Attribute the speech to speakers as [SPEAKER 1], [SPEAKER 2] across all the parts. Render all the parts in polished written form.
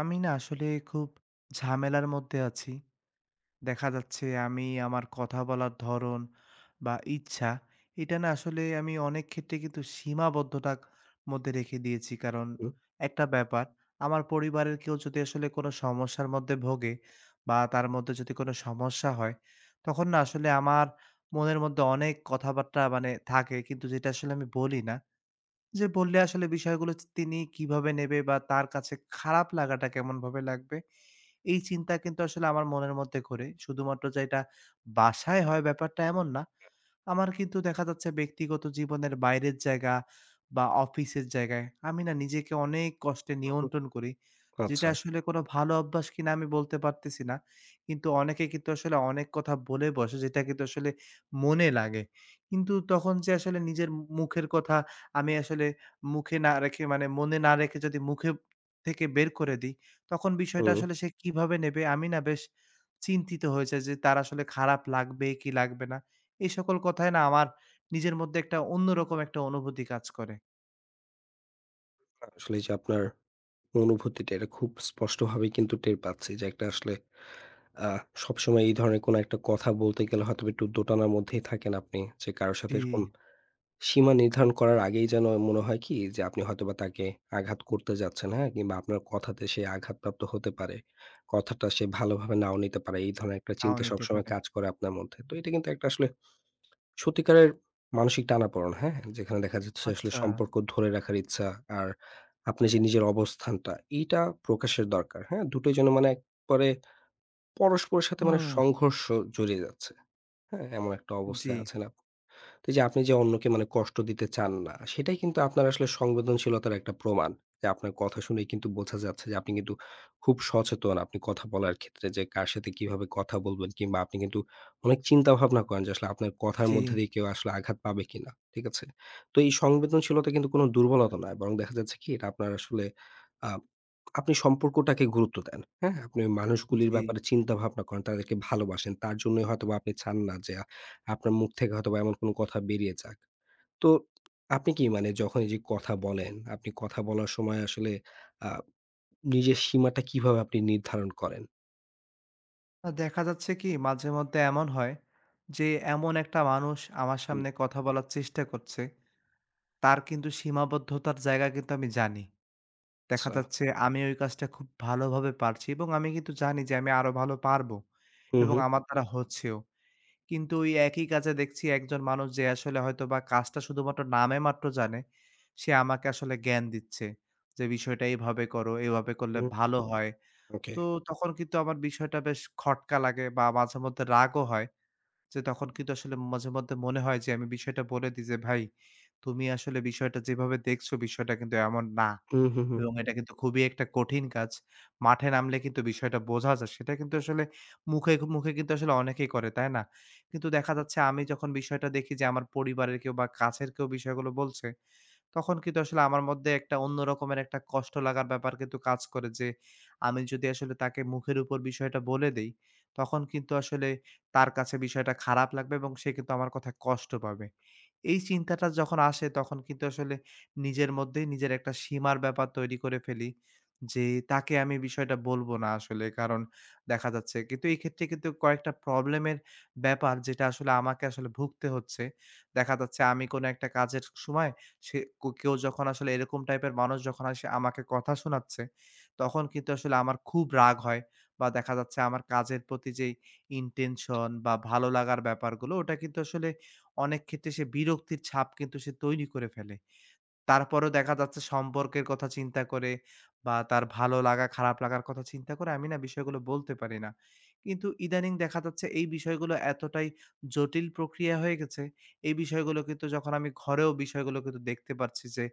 [SPEAKER 1] আমি না আসলে খুব ঝামেলার মধ্যে আছি। দেখা যাচ্ছে আমি আমার কথা বলার ধরন বা ইচ্ছা, এটা না আসলে আমি অনেক ক্ষেত্রে কিন্তু সীমাবদ্ধতার মধ্যে রেখে দিয়েছি। কারণ
[SPEAKER 2] হুম,
[SPEAKER 1] একটা ব্যাপার, আমার পরিবারের কেউ যদি আসলে কোনো সমস্যার মধ্যে ভোগে বা তার মধ্যে যদি কোনো সমস্যা হয়, তখন না আসলে আমার মনের মধ্যে অনেক কথাবার্তা মানে থাকে কিন্তু যেটা আসলে আমি বলি না। যে বললে আসলে বিষয়গুলো তিনি কিভাবে নেবে বা তার কাছে খারাপ লাগাটা কেমনভাবে লাগবে? এই চিন্তা কিন্তু আসলে আমার মনের মধ্যে ঘোরে। শুধুমাত্র যে এটা বাসায় হয় ব্যাপারটা এমন না। আমার কিন্তু দেখা যাচ্ছে ব্যক্তিগত জীবনের বাইরের জায়গা বা অফিসের জায়গায় আমি না নিজেকে অনেক কষ্টে
[SPEAKER 2] হুম,
[SPEAKER 1] নিয়ন্ত্রণ করি। যেটা
[SPEAKER 2] আচ্ছা।
[SPEAKER 1] আসলে কোনো ভালো অভ্যাস কিনা আমি বলতে পারতেছি না। কিন্তু অনেকে কিন্তু আসলে অনেক কথা বলে বসে যেটা কিন্তু আসলে মনে লাগে। কিন্তু তখন যে আসলে নিজের মুখের কথা আমি আসলে মুখে না রেখে মানে মনে না রেখে যদি মুখে থেকে বের করে দিই, তখন বিষয়টা
[SPEAKER 2] হুম।
[SPEAKER 1] আসলে সে কিভাবে নেবে আমি না বেশ চিন্তিত হয়ে যাই যে তার আসলে খারাপ লাগবে কি লাগবে না। এই সকল কথায় না আমার নিজের মধ্যে একটা অন্যরকম একটা অনুভূতি কাজ করে।
[SPEAKER 2] আসলে এই যে আপনার অনুভূতিটা এটা খুব স্পষ্টভাবেই কিন্তু টের পাচ্ছি যে একটা আসলে আ সবসময় এই ধরনের কোনো একটা কথা বলতে গেলে হয়তোবা একটু দোটানার মধ্যেই থাকেন আপনি। যে কারো সাথে
[SPEAKER 1] জি,
[SPEAKER 2] এরকম সীমা নির্ধারণ করার আগেই যেন মনে হয় কি যে আপনি হয়তোবা তাকে আঘাত করতে যাচ্ছেন, হ্যাঁ? কিংবা আপনার কথাতে সে আঘাতপ্রাপ্ত হতে পারে। কথাটা সে ভালোভাবে নাও নিতে পারে। এই ধরনের একটা
[SPEAKER 1] তাও
[SPEAKER 2] চিন্তা
[SPEAKER 1] নিতে
[SPEAKER 2] সবসময়
[SPEAKER 1] পারে।
[SPEAKER 2] কাজ করে আপনার মধ্যে। তো এটা কিন্তু একটা আসলে সত্যিকারের মানসিক টানাপোড়েন, হ্যাঁ? যেখানে দেখা যাচ্ছে আসলে জি।
[SPEAKER 1] আচ্ছা।
[SPEAKER 2] সম্পর্ক ধরে রাখার ইচ্ছা আর আপনি যে নিজের অবস্থানটা, এইটা প্রকাশের দরকার, হ্যাঁ? দুটোই যেন মানে একবারে পরস্পরের সাথে মানে
[SPEAKER 1] হুম,
[SPEAKER 2] সংঘর্ষ জড়িয়ে যাচ্ছে, হ্যাঁ? এমন একটা
[SPEAKER 1] জি,
[SPEAKER 2] অবস্থায় আছেন আপনি। তো এই যে আপনি যে অন্যকে মানে কষ্ট দিতে চান না, সেটাই কিন্তু আপনার আসলে সংবেদনশীলতার একটা প্রমাণ। যে আপনার কথা শুনেই কিন্তু বোঝা যাচ্ছে যে আপনি কিন্তু খুব সচেতন। আপনি কথা বলার ক্ষেত্রে যে কার সাথে কিভাবে কথা বলবেন কিংবা আপনি কিন্তু অনেক চিন্তা ভাবনা করেন যে আসলে আপনার কথার
[SPEAKER 1] জি,
[SPEAKER 2] মধ্যে দিয়ে কেউ আসলে আঘাত পাবে কিনা। ঠিক আছে? তো এই সংবেদনশীলতা কিন্তু কোনো দুর্বলতা নয়। বরং দেখা যাচ্ছে কি এটা আপনার আসলে আ আপনি সম্পর্কটাকে গুরুত্ব দেন। হ্যাঁ? আপনি ওই মানুষগুলির
[SPEAKER 1] জি।
[SPEAKER 2] ব্যাপারে চিন্তা ভাবনা করেন, তাদেরকে ভালোবাসেন। তার জন্যই হয়তোবা আপনি চান না যে আপনার মুখ থেকে হয়তোবা এমন কোনো কথা বেরিয়ে যাক। তো আপনি কি মানে যখন এই যে কথা বলেন, আপনি কথা বলার সময় আসলে আ নিজের সীমাটা কিভাবে আপনি নির্ধারণ করেন?
[SPEAKER 1] দেখা যাচ্ছে কি মাঝে মধ্যে এমন হয় যে এমন একটা মানুষ আমার
[SPEAKER 2] হুম,
[SPEAKER 1] সামনে কথা বলার চেষ্টা করছে, তার কিন্তু সীমাবদ্ধতার জায়গা কিন্তু আমি জানি। দেখা
[SPEAKER 2] আচ্ছা।
[SPEAKER 1] যাচ্ছে আমি ওই কাজটা খুব ভালোভাবে পারছি এবং আমি কিন্তু জানি যে আমি আরো ভালো পারবো
[SPEAKER 2] হুম,
[SPEAKER 1] এবং
[SPEAKER 2] হুম।
[SPEAKER 1] আমার দ্বারা হচ্ছেও। কিন্তু ওই একই কাজে দেখছি একজন মানুষ যে আসলে হয়তোবা কাজটা শুধুমাত্র নামে মাত্র জানে, সে আমাকে আসলে জ্ঞান দিচ্ছে যে, "বিষয়টা এভাবে করো, এভাবে করলে
[SPEAKER 2] হুম,
[SPEAKER 1] ভালো হয়।"
[SPEAKER 2] ওকে।
[SPEAKER 1] তো তখন কিন্তু আমার বিষয়টা বেশ খটকা লাগে বা মাঝেমধ্যে রাগও হয় যে, তখন কিন্তু আসলে মাঝে মধ্যে মনে হয় যে আমি বিষয়টা বলে দিই যে, "ভাই, তুমি আসলে বিষয়টা যেভাবে দেখছো বিষয়টা কিন্তু এমন না।"
[SPEAKER 2] হুম, হুম, হুম।
[SPEAKER 1] এবং এটা কিন্তু খুবই একটা কঠিন কাজ। মাঠে নামলে কিন্তু বিষয়টা বোঝা যায়। সেটা কিন্তু আসলে মুখে, মুখে কিন্তু আসলে অনেকেই করে, তাই না? কিন্তু দেখা যাচ্ছে আমি যখন বিষয়টা দেখি যে আমার পরিবারের কেউ বা কাছের কেউ বিষয়গুলো বলছে, তখন কিন্তু আসলে আমার মধ্যে একটা অন্য রকমের একটা কষ্ট লাগার ব্যাপার কিন্তু কাজ করে যে, আমি যদি আসলে তাকে মুখের উপর বিষয়টা বলে দেই, তখন কিন্তু আসলে তার কাছে বিষয়টা খারাপ লাগবে এবং সে কিন্তু আমার কথায় কষ্ট পাবে। এই চিন্তাটা যখন আসে তখন কিন্তু আসলে নিজের মধ্যেই নিজের একটা সীমার ব্যাপার তৈরি করে ফেলি। যে তাকে আমি বিষয়টা বলবো না আসলে। কারণ দেখা যাচ্ছে কিন্তু এই ক্ষেত্রে কিন্তু কয়েকটা প্রবলেমের ব্যাপার যেটা আসলে আমাকে আসলে ভুগতে হচ্ছে। দেখা যাচ্ছে আমি কোনো একটা কাজের সময় সে কেউ যখন আসলে এরকম টাইপের মানুষ যখন আসে আমাকে কথা শোনাচ্ছে, তখন কিন্তু আসলে আমার খুব রাগ হয় বা দেখা যাচ্ছে আমার কাজের প্রতি যেই ইনটেনশন বা ভালো লাগার ব্যাপারগুলো ওটা কিন্তু আসলে অনেক ক্ষেত্রে সে বিরক্তির ছাপ কিন্তু সে তৈরি করে ফেলে। তারপরেও দেখা যাচ্ছে সম্পর্কের কথা চিন্তা করে বা তার ভালো লাগা খারাপ লাগার কথা চিন্তা করে আমি না বিষয়গুলো বলতে পারি না। কিন্তু ইদানিং দেখা যাচ্ছে এই বিষয়গুলো এতটাই জটিল প্রক্রিয়া হয়ে গেছে, এই বিষয়গুলো কিন্তু যখন আমি ঘরেও বিষয়গুলো কিন্তু দেখতে পারছি যে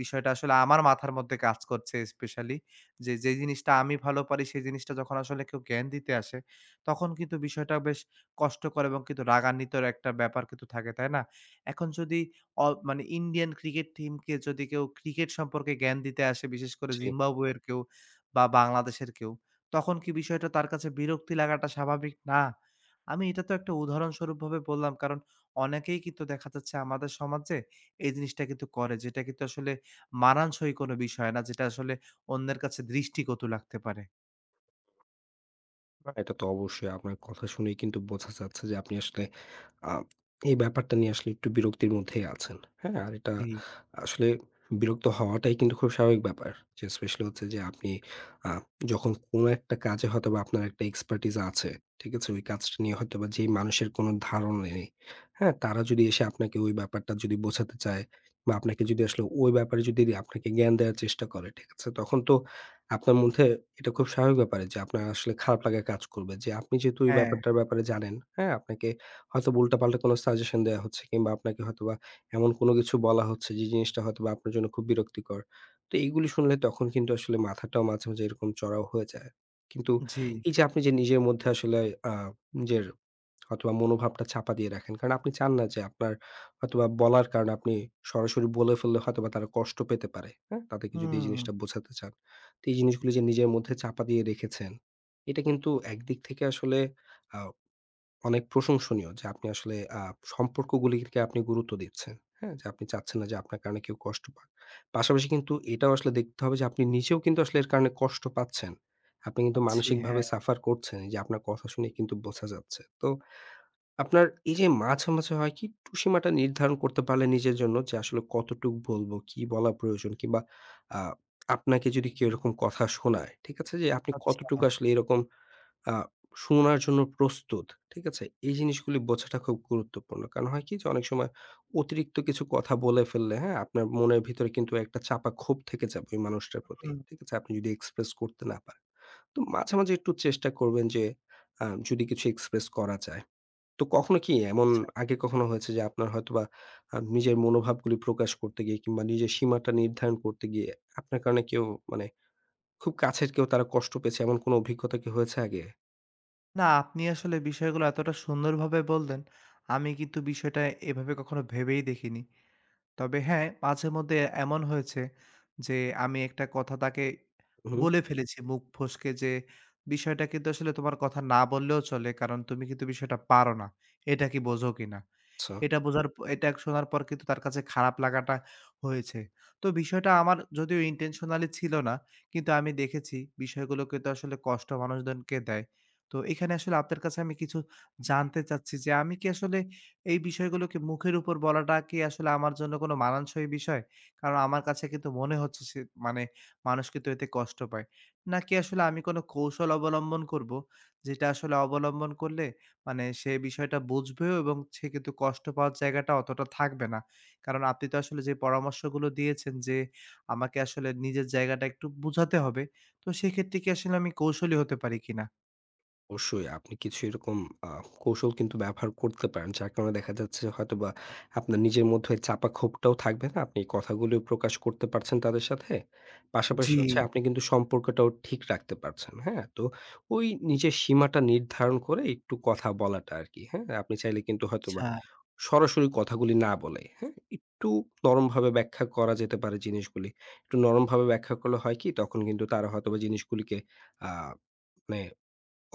[SPEAKER 1] বিষয়টা আসলে আমার মাথার মধ্যে কাজ করছে স্পেশালি। যে, যে জিনিসটা আমি ভালো পারি সেই জিনিসটা যখন আসলে কেউ জ্ঞান দিতে আসে, তখন কিন্তু বিষয়টা বেশ কষ্টকর এবং কিন্তু রাগান্বিতর একটা ব্যাপার কিন্তু থাকে, তাই না? এখন যদি মানে ইন্ডিয়ান ক্রিকেট টিমকে যদি কেউ ক্রিকেট সম্পর্কে জ্ঞান দিতে আসে, বিশেষ করে
[SPEAKER 2] জি।
[SPEAKER 1] জিম্বাবুয়ের কেউ বা বাংলাদেশের কেউ, তখন কি বিষয়টা তার কাছে বিরক্তি লাগাটা স্বাভাবিক না? আমি এটা তো একটা উদাহরণস্বরূপভাবে বললাম। কারণ অনেকেই কিন্তু দেখা যাচ্ছে আমাদের সমাজে এই জিনিসটা কিন্তু করে। যেটা কিন্তু আসলে মানানসই কোনো বিষয় না। যেটা আসলে অন্যের কাছে দৃষ্টিকটু লাগতে পারে।
[SPEAKER 2] না, এটা তো অবশ্যই আপনার কথা শুনেই কিন্তু বোঝা যাচ্ছে যে আপনি আসলে আ এই ব্যাপারটা নিয়ে আসলে একটু বিরক্তির মধ্যেই আছেন। হ্যাঁ? আর এটা
[SPEAKER 1] জি,
[SPEAKER 2] আসলে বিরক্ত হওয়াটাই কিন্তু খুব স্বাভাবিক ব্যাপার। যে স্পেশালি হচ্ছে যে আপনি আ যখন কোনো একটা কাজে হয়তোবা আপনার একটা এক্সপার্টিস আছে। ঠিক আছে? ওই কাজটা নিয়ে হয়তোবা যেই মানুষের কোনো ধারণা নেই। হ্যাঁ? তারা যদি এসে আপনাকে ওই ব্যাপারটা যদি বোঝাতে চায় বা আপনাকে যদি আসলে ওই ব্যাপারে যদি আপনাকে জ্ঞান দেওয়ার চেষ্টা করে, ঠিক আছে? তখন তো আপনার মধ্যে এটা খুব স্বাভাবিক ব্যাপার যে আপনার আসলে খারাপ লাগা কাজ করবে যে আপনি যেহেতু এই
[SPEAKER 1] হ্যাঁ,
[SPEAKER 2] ব্যাপারটার ব্যাপারে জানেন, হ্যাঁ? আপনাকে হয়তোবা উল্টাপাল্টা কোনো সাজেশন দেয়া হচ্ছে কিংবা আপনাকে হয়তোবা এমন কোনো কিছু বলা হচ্ছে যে জিনিসটা হয়তোবা আপনার জন্য খুব বিরক্তিকর। তো এইগুলি শুনলে তখন কিন্তু আসলে মাথাটাও মাঝে, মাঝে এরকম চড়াও হয়ে যায়। কিন্তু
[SPEAKER 1] জি।
[SPEAKER 2] এই যে আপনি যে নিজের মধ্যে আসলে আ নিজের হয়তোবা মনোভাবটা চাপা দিয়ে রাখেন। কারণ আপনি চান না যে আপনার হয়তোবা বলার কারণে আপনি সরাসরি বলে ফেললে হয়তোবা তারা কষ্ট পেতে পারে। হ্যাঁ? তাদেরকে যদি এই
[SPEAKER 1] হুম।
[SPEAKER 2] জিনিসটা বোঝাতে চান। তো এই জিনিসগুলো যে নিজের মধ্যে চাপা দিয়ে রেখেছেন, এটা কিন্তু একদিক থেকে আসলে আ অনেক প্রশংসনীয় যে আপনি আসলে সম্পর্কগুলিকে আপনি গুরুত্ব দিচ্ছেন। হ্যাঁ? যে আপনি চাচ্ছেন না যে আপনার কারণে কেউ কষ্ট পাক। পাশাপাশি কিন্তু এটাও আসলে দেখতে হবে যে আপনি নিজেও কিন্তু আসলে এর কারণে কষ্ট পাচ্ছেন। আপনি কিন্তু
[SPEAKER 1] পাচ্ছি, হ্যাঁ।
[SPEAKER 2] মানসিকভাবে সাফার করছেন। এই যে আপনার কথা শুনে কিন্তু বোঝা যাচ্ছে। তো আপনার এই যে মাঝে, মাঝে হয় কি একটু সীমাটা নির্ধারণ করতে পারলে নিজের জন্য যে আসলে কতটুক বলবো, কি বলা প্রয়োজন কিংবা আ আপনাকে যদি কেউ এরকম কথা শোনায়, ঠিক আছে? যে আপনি
[SPEAKER 1] আচ্ছা,
[SPEAKER 2] কতটুকু আসলে এরকম আ শোনার জন্য প্রস্তুত, ঠিক আছে? এই জিনিসগুলি বোঝাটা খুব গুরুত্বপূর্ণ। কারণ হয় কি যে অনেক সময় অতিরিক্ত কিছু কথা বলে ফেললে, হ্যাঁ? আপনার মনের ভিতরে কিন্তু একটা চাপা ক্ষোভ থেকে যাবে ওই মানুষটার প্রতি,
[SPEAKER 1] হুম,
[SPEAKER 2] ঠিক আছে? আপনি যদি এক্সপ্রেস করতে না পারেন। তো মাঝে, মাঝে একটু চেষ্টা করবেন যে যদি কিছু এক্সপ্রেস করা যায়। তো কখনো কি এমন
[SPEAKER 1] আচ্ছা।
[SPEAKER 2] আগে কখনো হয়েছে যে আপনার হয়তোবা নিজের মনোভাবগুলি প্রকাশ করতে গিয়ে কিংবা নিজের সীমাটা নির্ধারণ করতে গিয়ে আপনার কারণে কেউ মানে খুব কাছের কেউ তারা কষ্ট পেয়েছে এমন কোনো অভিজ্ঞতা কি হয়েছে আগে?
[SPEAKER 1] না, আপনি আসলে বিষয়গুলো এতটা সুন্দরভাবে বললেন। আমি কিন্তু বিষয়টা এভাবে কখনো ভেবেই দেখিনি। তবে হ্যাঁ, মাঝে মধ্যে এমন হয়েছে যে আমি একটা কথা তাকে
[SPEAKER 2] হুম,
[SPEAKER 1] বলে ফেলেছি মুখ ফসকে যে, "বিষয়টা কিন্তু আসলে তোমার কথা না বললেও চলে। কারণ তুমি কিন্তু বিষয়টা পারো না। এটা কি বোঝো কিনা?"
[SPEAKER 2] আচ্ছা।
[SPEAKER 1] এটা বোঝার প এটা শোনার পর কিন্তু তার কাছে খারাপ লাগাটা হয়েছে। তো বিষয়টা আমার যদিও intentionally ছিল না। কিন্তু আমি দেখেছি বিষয়গুলো কিন্তু আসলে কষ্ট মানুষজনকে দেয়। তো এখানে আসলে আপনার কাছে আমি কিছু জানতে চাচ্ছি যে আমি কি আসলে এই বিষয়গুলোকে মুখের উপর বলাটা কি আসলে আমার জন্য কোনো মানানসই বিষয়? কারণ আমার কাছে কিন্তু মনে হচ্ছে সে মানে মানুষ কিন্তু এতে কষ্ট পায়। নাকি আসলে আমি কোনো কৌশল অবলম্বন করব যেটা আসলে অবলম্বন করলে মানে সে বিষয়টা বুঝবেও এবং সে কিন্তু কষ্ট পাওয়ার জায়গাটা অতটা থাকবে না। কারণ আপনি তো আসলে যে পরামর্শগুলো দিয়েছেন যে, আমাকে আসলে নিজের জায়গাটা একটু বুঝাতে হবে। তো সেক্ষেত্রে কি আসলে আমি কৌশলী হতে পারি কিনা?
[SPEAKER 2] অবশ্যই আপনি কিছু এরকম আ কৌশল কিন্তু ব্যবহার করতে পারেন। যার কারণে দেখা যাচ্ছে হয়তোবা আপনার নিজের মধ্যে ওই চাপা ক্ষোভটাও থাকবে না। আপনি কথাগুলো প্রকাশ করতে পারছেন তাদের সাথে।
[SPEAKER 1] জি।
[SPEAKER 2] পাশাপাশি হচ্ছে আপনি কিন্তু সম্পর্কটাও ঠিক রাখতে পারছেন। হ্যাঁ? তো ওই নিজের সীমাটা নির্ধারণ করে একটু কথা বলাটা আরকি। হ্যাঁ? আপনি চাইলে কিন্তু হয়তোবা
[SPEAKER 1] আচ্ছা,
[SPEAKER 2] সরাসরি কথাগুলি না বলে, হ্যাঁ? একটু নরমভাবে ব্যাখ্যা করা যেতে পারে জিনিসগুলি। একটু নরমভাবে ব্যাখ্যা করলে হয় কি তখন কিন্তু তারা হয়তোবা জিনিসগুলিকে আ মানে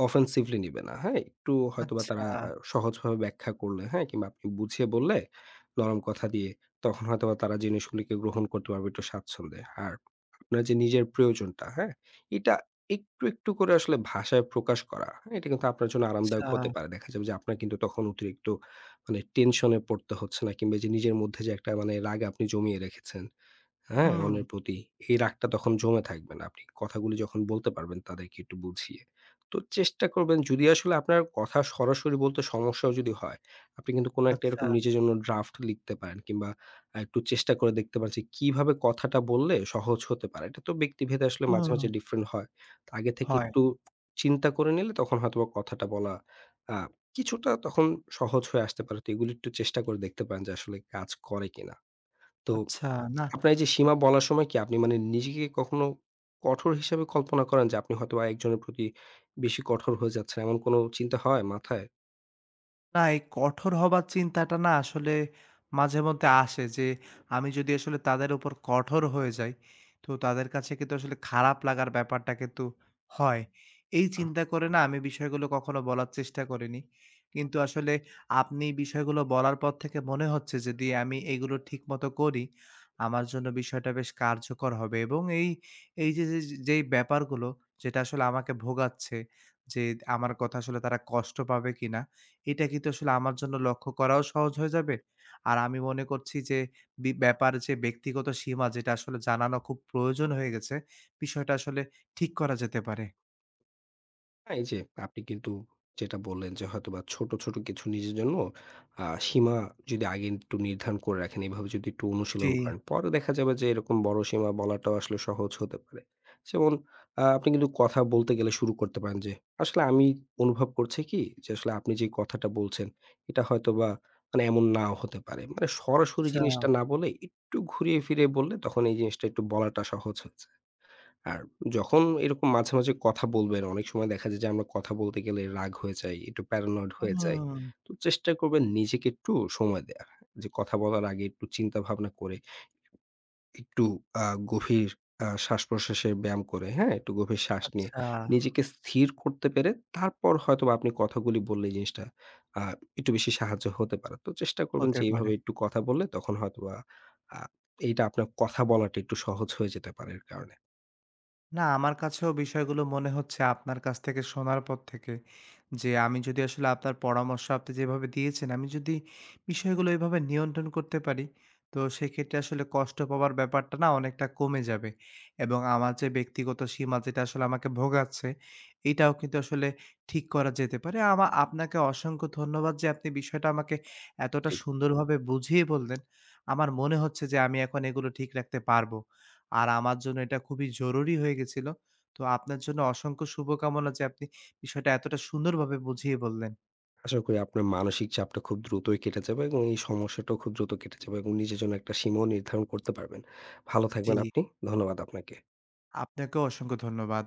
[SPEAKER 2] অফেন্সিভলি নিবে না, হ্যাঁ? একটু হয়তোবা
[SPEAKER 1] আচ্ছা,
[SPEAKER 2] তারা সহজভাবে ব্যাখ্যা করলে, হ্যাঁ? কিংবা আপনি বুঝিয়ে বললে, নরম কথা দিয়ে, তখন হয়তোবা তারা জিনিসগুলিকে গ্রহণ করতে পারবে একটু স্বাচ্ছন্দ্যে। আর আপনার যে নিজের প্রয়োজনটা, হ্যাঁ? এটা একটু, একটু করে আসলে ভাষায় প্রকাশ করা, হ্যাঁ? এটা কিন্তু আপনার জন্য
[SPEAKER 1] আচ্ছা।
[SPEAKER 2] আরামদায়ক হতে পারে। দেখা যাবে যে আপনার কিন্তু তখন অতিরিক্ত মানে টেনশন এ পড়তে হচ্ছে না কিংবা এইযে নিজের মধ্যে যে একটা মানে রাগ আপনি জমিয়ে রেখেছেন হ্যাঁ,
[SPEAKER 1] হুম,
[SPEAKER 2] অন্যের প্রতি এই রাগটা তখন জমে থাকবে না। আপনি কথাগুলি যখন বলতে পারবেন তাদেরকে একটু বুঝিয়ে। তো চেষ্টা করবেন যদি আসলে আপনার কথা সরাসরি বলতে সমস্যাও যদি হয়, আপনি কিন্তু কোনো একটা
[SPEAKER 1] আচ্ছা,
[SPEAKER 2] এরকম নিজের জন্য ড্রাফট লিখতে পারেন কিংবা একটু চেষ্টা করে দেখতে পারেন যে কিভাবে কথাটা বললে সহজ হতে পারে। এটা তো ব্যক্তিভেদে আসলে মাঝে, মাঝে
[SPEAKER 1] হুম।
[SPEAKER 2] ডিফারেন্ট হয়। তো আগে থেকে
[SPEAKER 1] হয়।
[SPEAKER 2] একটু চিন্তা করে নিলে তখন হয়তোবা কথাটা বলা আ কিছুটা তখন সহজ হয়ে আসতে পারে। তো এগুলো একটু চেষ্টা করে দেখতে পারেন যে আসলে কাজ করে কিনা। তো
[SPEAKER 1] আচ্ছা, নাহ।
[SPEAKER 2] আপনার এই যে সীমা বলার সময় কি আপনি মানে নিজেকে কখনো কঠোর হিসেবে কল্পনা করেন যে আপনি হয়তোবা একজনের প্রতি বেশি কঠোর হয়ে যাচ্ছেন, এমন কোনো চিন্তা হয় মাথায়?
[SPEAKER 1] না, এই কঠোর হবার চিন্তাটা না আসলে মাঝে মধ্যে আসে যে আমি যদি আসলে তাদের উপর কঠোর হয়ে যাই, তো তাদের কাছে কিন্তু আসলে খারাপ লাগার ব্যাপারটা কিন্তু হয়। এই
[SPEAKER 2] আ
[SPEAKER 1] চিন্তা করে না আমি বিষয়গুলো কখনো বলার চেষ্টা করিনি। কিন্তু আসলে আপনি বিষয়গুলো বলার পর থেকে মনে হচ্ছে যদি আমি এগুলো ঠিকমতো করি, আমার জন্য বিষয়টা বেশ কার্যকর হবে এবং এই যে, যেই ব্যাপারগুলো যেটা আসলে আমাকে ভোগাচ্ছে যে আমার কথা আসলে তারা কষ্ট পাবে কিনা এটা কিন্তু আসলে আমার জন্য লক্ষ্য করাও সহজ হয়ে যাবে। আর আমি মনে করছি যে ব্যাপার যে ব্যক্তিগত সীমা যেটা আসলে জানানো খুব প্রয়োজন হয়ে গেছে, বিষয়টা আসলে ঠিক করা যেতে পারে।
[SPEAKER 2] না, এই যে আপনি কিন্তু যেটা বললেন যে হয়তোবা ছোট, ছোট কিছু নিজের জন্য সীমা যদি আগে একটু নির্ধারণ করে রাখেন, এভাবে যদি একটু
[SPEAKER 1] জি,
[SPEAKER 2] অনুশীলন করেন, পরে দেখা যাবে যে এরকম বড় সীমা বলাটাও আসলে সহজ হতে পারে। যেমন আপনি কিন্তু কথা বলতে গেলে শুরু করতে পারেন যে, "আসলে আমি অনুভব করছি কি যে আসলে আপনি যে কথাটা বলছেন, এটা হয়তোবা মানে এমন নাও হতে পারে।" মানে সরাসরি
[SPEAKER 1] আচ্ছা।
[SPEAKER 2] জিনিসটা না বলে একটু ঘুরিয়ে ফিরিয়ে বললে তখন এই জিনিসটা একটু বলাটা সহজ হয়ে যায়। আর যখন এরকম মাঝে, মাঝে কথা বলবেন, অনেক সময় দেখা যায় যে আমরা কথা বলতে গেলে রাগ হয়ে যাই, একটু paranoid হয়ে যাই।
[SPEAKER 1] হুম,
[SPEAKER 2] তো চেষ্টা করবেন নিজেকে একটু সময় দেয়ার। যে কথা বলার আগে একটু চিন্তা ভাবনা করে, একটু আ গভীর শ্বাস-প্রশ্বাসের ব্যায়াম করে, হ্যাঁ? একটু গভীর শ্বাস নিয়ে
[SPEAKER 1] আচ্ছা
[SPEAKER 2] নিজেকে স্থির করতে পেরে তারপর হয়তোবা আপনি কথাগুলি বললে এই জিনিসটা আ একটু বেশি সাহায্য হতে পারে। তো চেষ্টা করবেন
[SPEAKER 1] হতে
[SPEAKER 2] যে
[SPEAKER 1] পারে।
[SPEAKER 2] এইভাবে একটু কথা বললে তখন হয়তোবা আ এইটা আপনার কথা বলাটা একটু সহজ হয়ে যেতে পারে এর কারণে।
[SPEAKER 1] না, আমার কাছেও বিষয়গুলো মনে হচ্ছে আপনার কাছ থেকে শোনার পর থেকে যে আমি যদি আসলে আপনার পরামর্শ আপনি যেভাবে দিয়েছেন, আমি যদি বিষয়গুলো এভাবে নিয়ন্ত্রণ করতে পারি, তো সেক্ষেত্রে আসলে কষ্ট পাওয়ার ব্যাপারটা না অনেকটা কমে যাবে। এবং আমার যে ব্যক্তিগত সীমা যেটা আসলে আমাকে ভোগাচ্ছে, এটাও কিন্তু আসলে ঠিক করা যেতে পারে। আপনাকে অসংখ্য ধন্যবাদ যে আপনি বিষয়টা আমাকে এতটা
[SPEAKER 2] জি।
[SPEAKER 1] সুন্দরভাবে বুঝিয়ে বললেন। আমার মনে হচ্ছে যে আমি এখন এগুলো ঠিক রাখতে পারবো। আর আমার জন্য এটা খুবই জরুরি হয়ে গেছিল। তো আপনার জন্য অসংখ্য শুভকামনা যে আপনি বিষয়টা এতটা সুন্দরভাবে বুঝিয়ে বললেন।
[SPEAKER 2] আশা করি আপনার মানসিক চাপটা খুব দ্রুতই কেটে যাবে এবং এই সমস্যাটাও খুব দ্রুত কেটে যাবে এবং নিজের জন্য একটা সীমাও নির্ধারণ করতে পারবেন। ভালো
[SPEAKER 1] জি,
[SPEAKER 2] থাকবেন আপনি। ধন্যবাদ আপনাকে।
[SPEAKER 1] আপনাকেও অসংখ্য ধন্যবাদ।